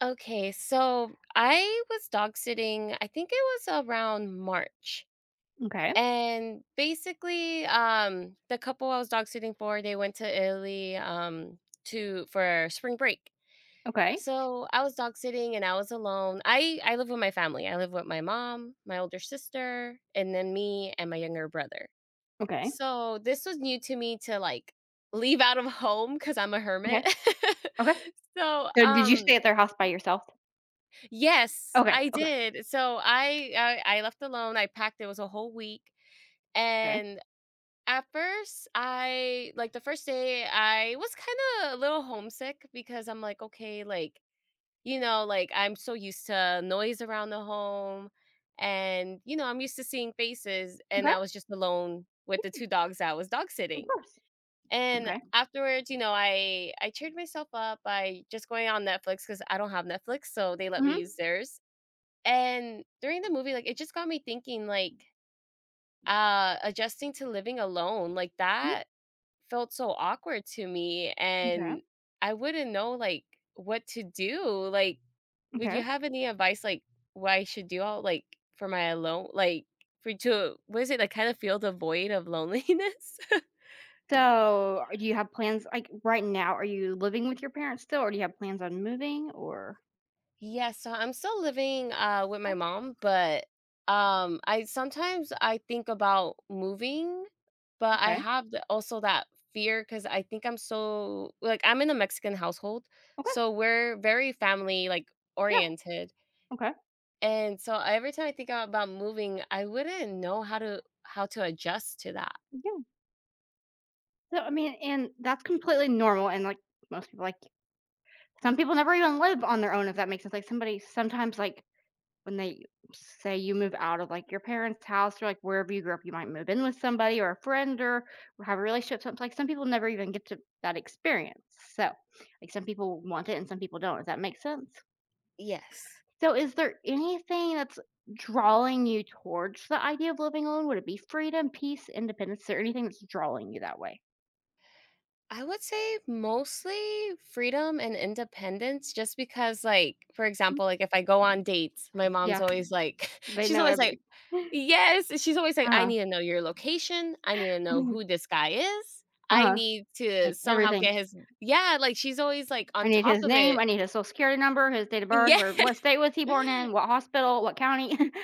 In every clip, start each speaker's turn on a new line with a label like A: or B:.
A: Okay, so I was dog sitting, I think it was around March.
B: Okay,
A: And basically, the couple I was dog sitting for, they went to Italy to for spring break.
B: okay,
A: So I was dog sitting and I was alone. I live with my family. I live with my mom, my older sister, and then me and my younger brother.
B: okay,
A: So this was new to me to like leave out of home because I'm a
B: okay,
A: hermit.
B: okay.
A: so
B: So did you
A: um
B: stay at their house by yourself?
A: Yes,
B: Okay,
A: I
B: okay,
A: did. So I left alone, I packed, it was a whole week,
B: okay,
A: and at first, I like, the first day, I was kinda a little homesick because I'm like, "Okay," like, like, I'm so used to noise around the home, and, I'm used to seeing faces, and
B: okay.
A: I was just alone with the 2 dogs that I was dog
B: Of
A: sitting,
B: course.
A: and
B: Okay.
A: afterwards, I cheered myself up by just going on Netflix because I don't have Netflix, so they let me
B: Mhm.
A: use theirs. And during the movie, like, it just got me thinking, like, adjusting to living alone, like,
B: Mhm,
A: that felt so awkward to me,
B: okay.
A: and I wouldn't know, like, what to do. Like, would
B: Okay.
A: you have any advice, like, what I should do all like, for my alone like, for to what is it, like, kinda feel the void of loneliness?
B: So, do you have plans like right now? Are you living with your parents still, or do you have plans on moving? Or
A: Yeah, so I'm still living with
B: okay,
A: my mom, but I sometimes I think about moving, but I
B: okay,
A: have the, also that fear cuz I think I'm so like I'm in a Mexican household,
B: okay,
A: so we're very family like
B: yeah,
A: oriented.
B: okay,
A: And so every time I think about moving, I wouldn't know how to adjust to that.
B: yeah. So, I mean, and that's completely normal. And like most people, like some people never even live on their own. If that makes sense, like somebody sometimes like when they say you move out of like your parents' house or like wherever you grew up, you might move in with somebody or a friend, or have a relationship. Something like some people never even get to that experience. So, like some people want it and some people don't. Does that make sense?
A: Yes.
B: So, is there anything that's drawing you towards the idea of living alone? Would it be freedom, peace, independence? Is there anything that's drawing you that way?
A: I would say mostly freedom and independence just because like, for
B: Mm.
A: example, like if I go on dates, my mom's
B: Yeah,
A: always like
B: they
A: she's
B: know
A: always like,
B: every.
A: "Yes," and she's always like,
B: Uh
A: "I
B: huh.
A: need to know your location. I need to know who this guy is.
B: Uh
A: I
B: huh.
A: need to
B: Like
A: somehow
B: everything.
A: get his." Yeah, like she's always like
B: I
A: on
B: need
A: top
B: his
A: of
B: name, I
A: it.
B: need his social security number, his date of birth,
A: Yeah.
B: where what state was he born in, what hospital, what county,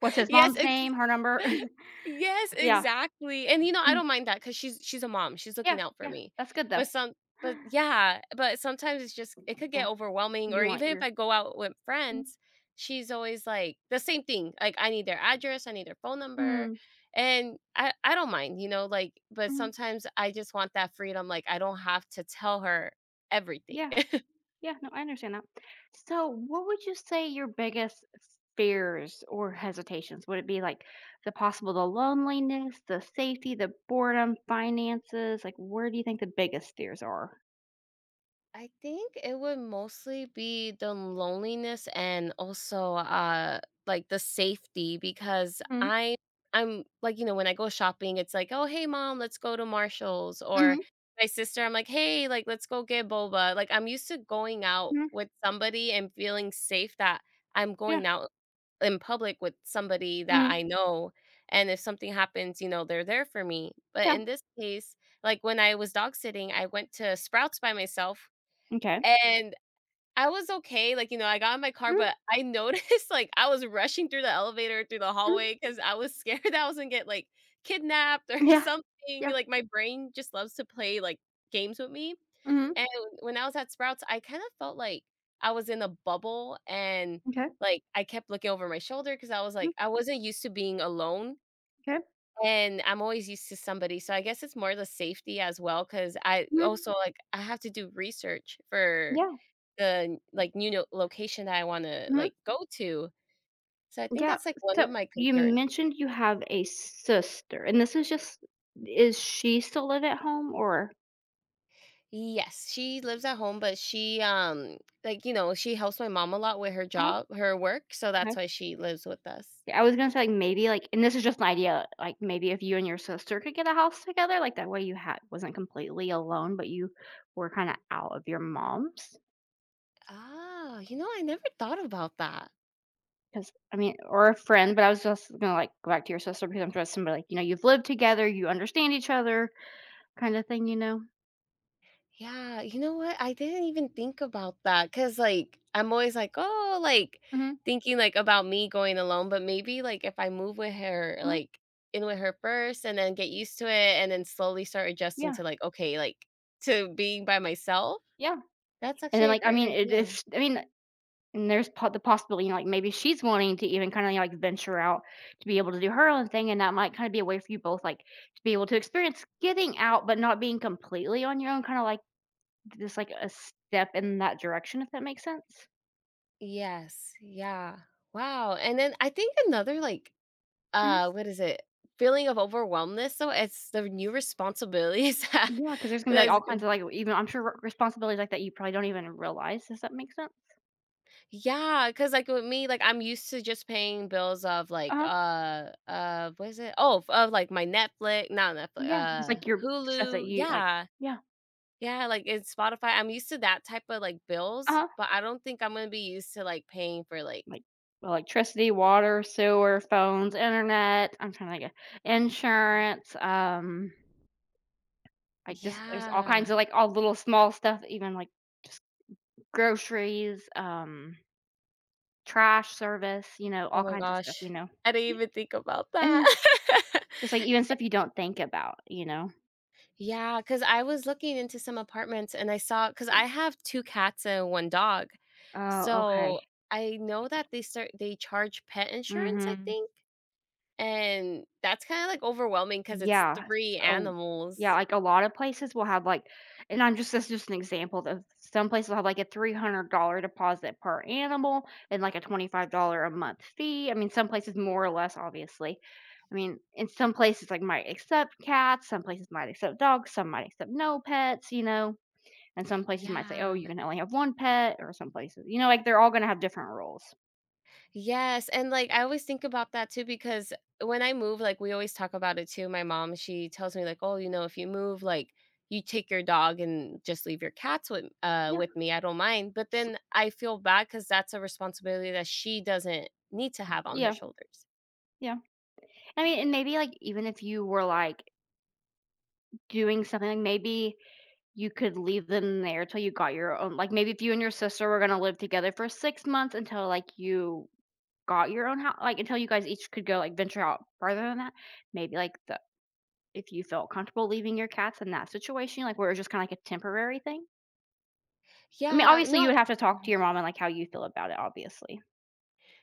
B: what's his
A: Yes,
B: mom's
A: it's
B: name, her number.
A: Yes,
B: Yeah.
A: exactly, and, I
B: Mm.
A: don't mind that because she's a mom, she's
B: Yeah,
A: looking out for
B: yeah,
A: me,
B: that's good though.
A: but some but yeah, but sometimes it's just it could get
B: Yeah,
A: overwhelming or
B: you want
A: even if
B: your
A: I go out with
B: mm,
A: friends, she's always like the same thing, like, "I need their address, I need their phone number,"
B: mhm,
A: and I don't mind, like, but
B: mhm.
A: sometimes I just want that freedom, like, I don't have to tell her everything.
B: Yeah, yeah, no, I understand that. So, what would you say your biggest fears or hesitations? Would it be like the possible the loneliness, the safety, the boredom, finances? Like, where do you think the biggest fears are?
A: I think it would mostly be the loneliness and also like the safety because
B: Mhm,
A: I I'm like when I go shopping it's like oh hey mom let's go to Marshalls or
B: mhm,
A: my sister I'm like hey like let's go get boba like I'm used to going out
B: mhm,
A: with somebody and feeling safe that I'm
B: yeah,
A: going out in public with somebody that I
B: mhm,
A: know and if something happens they're there for me but
B: yeah,
A: in this case like when I was dog sitting I went to Sprouts by myself.
B: okay.
A: And I was okay, like, I got in my car,
B: Mhm,
A: but I noticed, like, I was rushing through the elevator, through the
B: mhm.
A: hallway, because I was scared that I was gonna get, like, kidnapped or
B: Ja,
A: something,
B: yeah.
A: like, my brain just loves to play, like, games with me,
B: Mhm.
A: and when I was at Sprouts, I kind of felt like I was in a bubble and,
B: Okay.
A: like, I kept looking over my shoulder because I was
B: Mhm.
A: like I wasn't used to being alone,
B: Okay.
A: and I'm always used to somebody, so I guess it's more the safety as well, because I
B: Mhm.
A: also, like, I have to do research for
B: Yeah.
A: the, like, new know, location that I wanna, like,
B: Mhm.
A: go to. So I think
B: Yeah.
A: that's, like, one
B: So,
A: of my
B: you
A: concerns.
B: mentioned you have a sister, and this is just is she still live at home or
A: Yes, she lives at home, but she, like, she helps my mom a lot with her
B: oh,
A: job her work, so
B: okay.
A: that's why she lives with us.
B: Yeah, I was gonna say, like, maybe, like and this is just an idea, like, maybe if you and your sister could get a house together, like, that way you had wasn't completely alone, but you were kinda out of your mom's,
A: Ah, you know, I never thought about that.
B: because I mean or a friend, but I was just gonna, like, go back to your sister because I'm just somebody, like, you know, you've lived together, you understand each other. Kinda thing, you know?
A: Yeah, you know what? I didn't even think about that because, like, I'm always like, "Oh," like,
B: Mhm,
A: thinking, like, about me going alone, but maybe, like, if I move with her,
B: mhm,
A: like, in with her first and then get used to it and then slowly start adjusting
B: yeah,
A: to, like, okay, like, to being by myself?
B: yeah,
A: That's
B: and then,
A: actually a
B: like, I
A: great
B: mean, it
A: idea.
B: is I mean, and there's po the possibility, you know, like, maybe she's wanting to even kinda, like, venture out to be able to do her own thing, and that might kinda be a way for you both, like, to be able to experience getting out, but not being completely on your own, kinda like just, like, a step in that direction, if that makes sense?
A: Yes, yeah. Wow, and then I think another, like,
B: Mhm,
A: what is it? Feeling of overwhelmedness, so it's the new responsibilities that
B: yeah. Because there's gonna be, like, all
A: is.
B: kinds of, like, even I'm sure r responsibilities like that you probably don't even realize. Does that make sense?
A: Yeah, because like with me, like I'm used to just paying bills of like
B: Uh-huh,
A: what is it? Oh, of like my Netflix, not Netflix,
B: yeah, just, like, your stuff that
A: Hulu.
B: you like
A: Yeah.
B: yeah,
A: Yeah, like it's Spotify. I'm used to that type of like bills,
B: uh-huh.
A: but I don't think I'm gonna be used to like paying for like
B: Like, electricity, water, sewer, phones, internet, I'm trying to get insurance, like, just there's all kinds
A: yeah.
B: of, like, all little small stuff, even, like, just groceries, trash service, you know,
A: Oh
B: all
A: my
B: kinds of
A: gosh.
B: stuff, you know?
A: I didn't even think about that.
B: Just, like, even stuff you don't think about, you know?
A: Yeah, because I was looking into some apartments and I saw because I have 2 cats and 1 dog.
B: Oh, okay.
A: So, I know that they start they charge pet insurance, I
B: Mhm.
A: think, and that's kinda, like, overwhelming because it's
B: Yeah.
A: 3
B: Oh, yeah,
A: animals.
B: like, a lot of places will have, like and I'm just that's just an example of some places will have, like, a $300 deposit per animal and, like, a $25 a month fee. I mean, some places more or less, obviously. I mean, in some places, like, might accept cats, some places might accept dogs, some might accept no pets, you know? And some places might say, "Oh, you
A: Yeah.
B: can only have 1 pet," or some places you know, like, they're all gonna have different rules.
A: Yes, and, like, I always think about that too because when I move, like, we always talk about it too. My mom, she tells me, like, "Oh, you know, if you move, like, you take your dog and just leave your cats
B: Yeah,
A: with me, I don't mind." But then I feel bad because that's a responsibility that she doesn't need to have on her
B: yeah,
A: shoulders.
B: yeah. I mean, and maybe, like, even if you were, like, doing something, like, maybe you could leave them there till you got your own like, maybe if you and your sister were gonna live together for 6 months until, like, you got your own house, like, until you guys each could go, like, venture out farther than that, maybe, like, the if you felt comfortable leaving your cats in that situation, like, where it was just kinda like a temporary thing? I mean,
A: Yeah,
B: obviously, you
A: no.
B: would have to talk to your mom and, like, how you feel about it, obviously.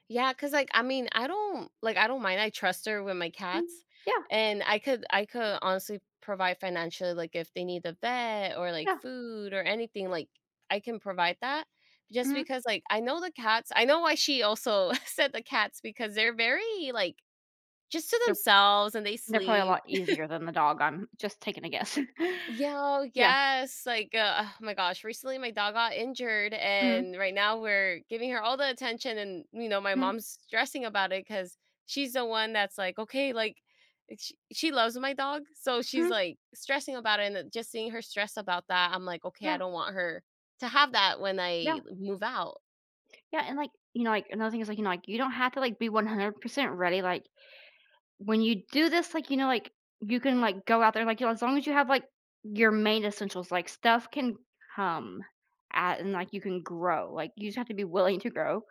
A: Yeah, cause like, I mean, I don't like, I don't mind, I trust her with my
B: Mm,
A: cats,
B: yeah,
A: and I could honestly provide financially, like, if they need a vet or, like,
B: yeah,
A: food or anything, like, I can provide that just
B: mhm.
A: because, like, I know the cats I know why she also said the cats because they're very, like, just to
B: They're
A: themselves and they
B: they're probably a
A: sleep.
B: lot easier than the dog, I'm just taking a guess.
A: Yo,
B: Yeah.
A: yes. Like, oh my gosh, recently my dog got injured,
B: Mhm,
A: and right now we're giving her all the attention. And, you know, my
B: mhm,
A: mom's stressing about it because she's the one that's like, okay, like, she loves my dog. So she's
B: mhm,
A: like stressing about it. And then just seeing her stress about that, I'm like, okay, I
B: yeah,
A: don't want her to have that when
B: yeah.
A: I move out.
B: Yeah, and, like, you know, like, another thing is, like, you know, like, you don't have to, like, be 100% ready, like, when you do this, like, you know, like, you can, like, go out there, like, you know, as long as you have, like, your main essentials, like, stuff can come at and, like, you can grow, like, you just have to be willing to grow,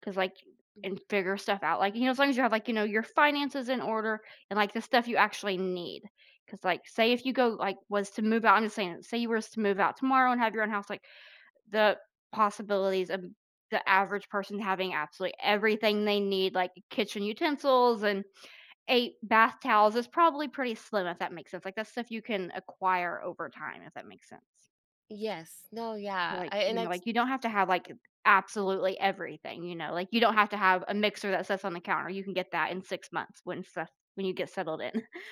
B: because like
A: Mhm.
B: and figure stuff out, like, you know, as long as you have, like, you know, your finances in order and, like, the stuff you actually need. Because like, say if you go like, was to move out I'm just saying, say you were to move out tomorrow and have your own house, like the possibilities of the average person having absolutely everything they need, like kitchen utensils and 8 bath towels is probably pretty slim, if that makes sense. Like, that's stuff you can acquire over time, if that makes sense.
A: Yes. No, yeah.
B: Like,
A: I, and
B: you know,
A: I
B: like, you don't have to have, like, absolutely everything, you know? Like, you don't have to have a mixer that sits on the counter, you can get that in 6 months when stuff when you get settled in,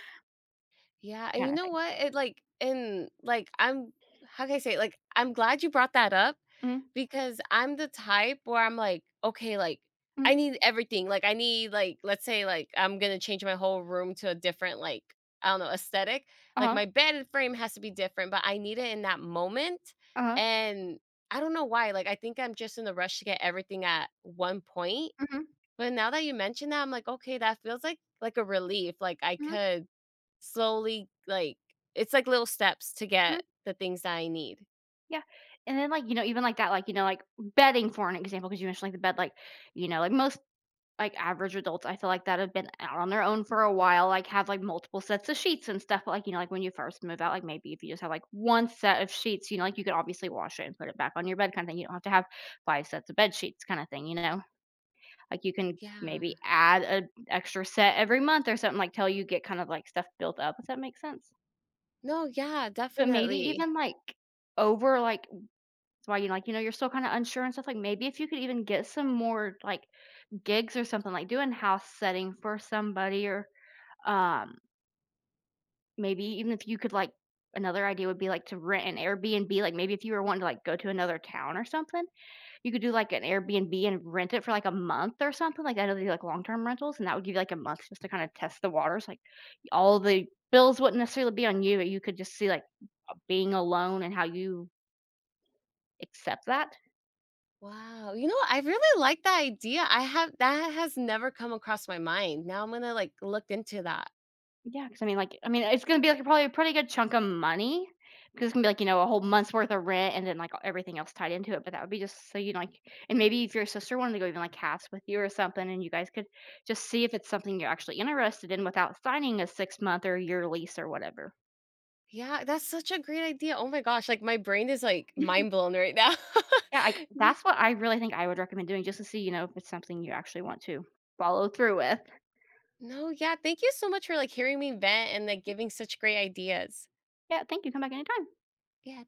A: Yeah, and you
B: kinda
A: know
B: thing.
A: what? It like and like I'm how can I say it? Like I'm glad you brought that up
B: Mhm,
A: because I'm the type where I'm like, okay, like I
B: mhm,
A: need everything. Like I need like let's say like I'm gonna change my whole room to a different like I don't know aesthetic. Like
B: uh-huh,
A: my bed frame has to be different, but I need it in that moment.
B: uh-huh,
A: And I don't know why. Like I think I'm just in a rush to get everything at one point.
B: mhm,
A: But now that you mention that, I'm like, okay, that feels like a relief. Like I
B: mhm,
A: could slowly, like it's like little steps to
B: mhm.
A: get the things that I need.
B: Yeah, and then, like, you know, even like that, like, you know, like, bedding for an example, because you mentioned, like, the bed, like, you know, like, most, like, average adults, I feel like, that have been out on their own for a while, like, have, like, multiple sets of sheets and stuff, but, like, you know, like, when you first move out, like, maybe if you just have, like, 1 set of sheets, you know, like, you could obviously wash it and put it back on your bed kinda thing. You don't have to have 5 sets of bed sheets kinda thing, you know? Like, you can maybe
A: Yeah.
B: add a extra set every month or something, like, till you get kind of, like, stuff built up. Does that make sense?
A: No, yeah,
B: But maybe
A: definitely.
B: even, like, over, like that's why you like, you know, you're still kind of unsure and stuff. Like maybe if you could even get some more like gigs or something, like do in house setting for somebody, or um, maybe even if you could like another idea would be like to rent an Airbnb. Like maybe if you were wanting to like go to another town or something, you could do like an Airbnb and rent it for like a month or something. Like I know they do like long term rentals, and that would give you like a month just to kind of test the waters. Like all the bills wouldn't necessarily be on you, but you could just see like being alone and how you accept that.
A: Wow. You know, what? I really like that idea. I have that has never come across my mind. Now I'm gonna like look into that.
B: Yeah, cause I mean, like I mean, it's gonna be, like, probably a pretty good chunk of money, cause it's gonna be, like, you know, a whole month's worth of rent and then, like, everything else tied into it, but that would be just so you know, like and maybe if your sister wanted to go even, like, halves with you or something and you guys could just see if it's something you're actually interested in without signing a 6-month or year lease or whatever.
A: Yeah, that's such a great idea. Oh my gosh, like my brain is like mind blown right now.
B: Yeah, like,
A: yeah.
B: that's what I really think I would recommend doing just to see, you know, if it's something you actually want to follow through with.
A: No, yeah. Thank you so much for like hearing me vent and like giving such great ideas.
B: Yeah, thank you, come back anytime.
A: Yeah.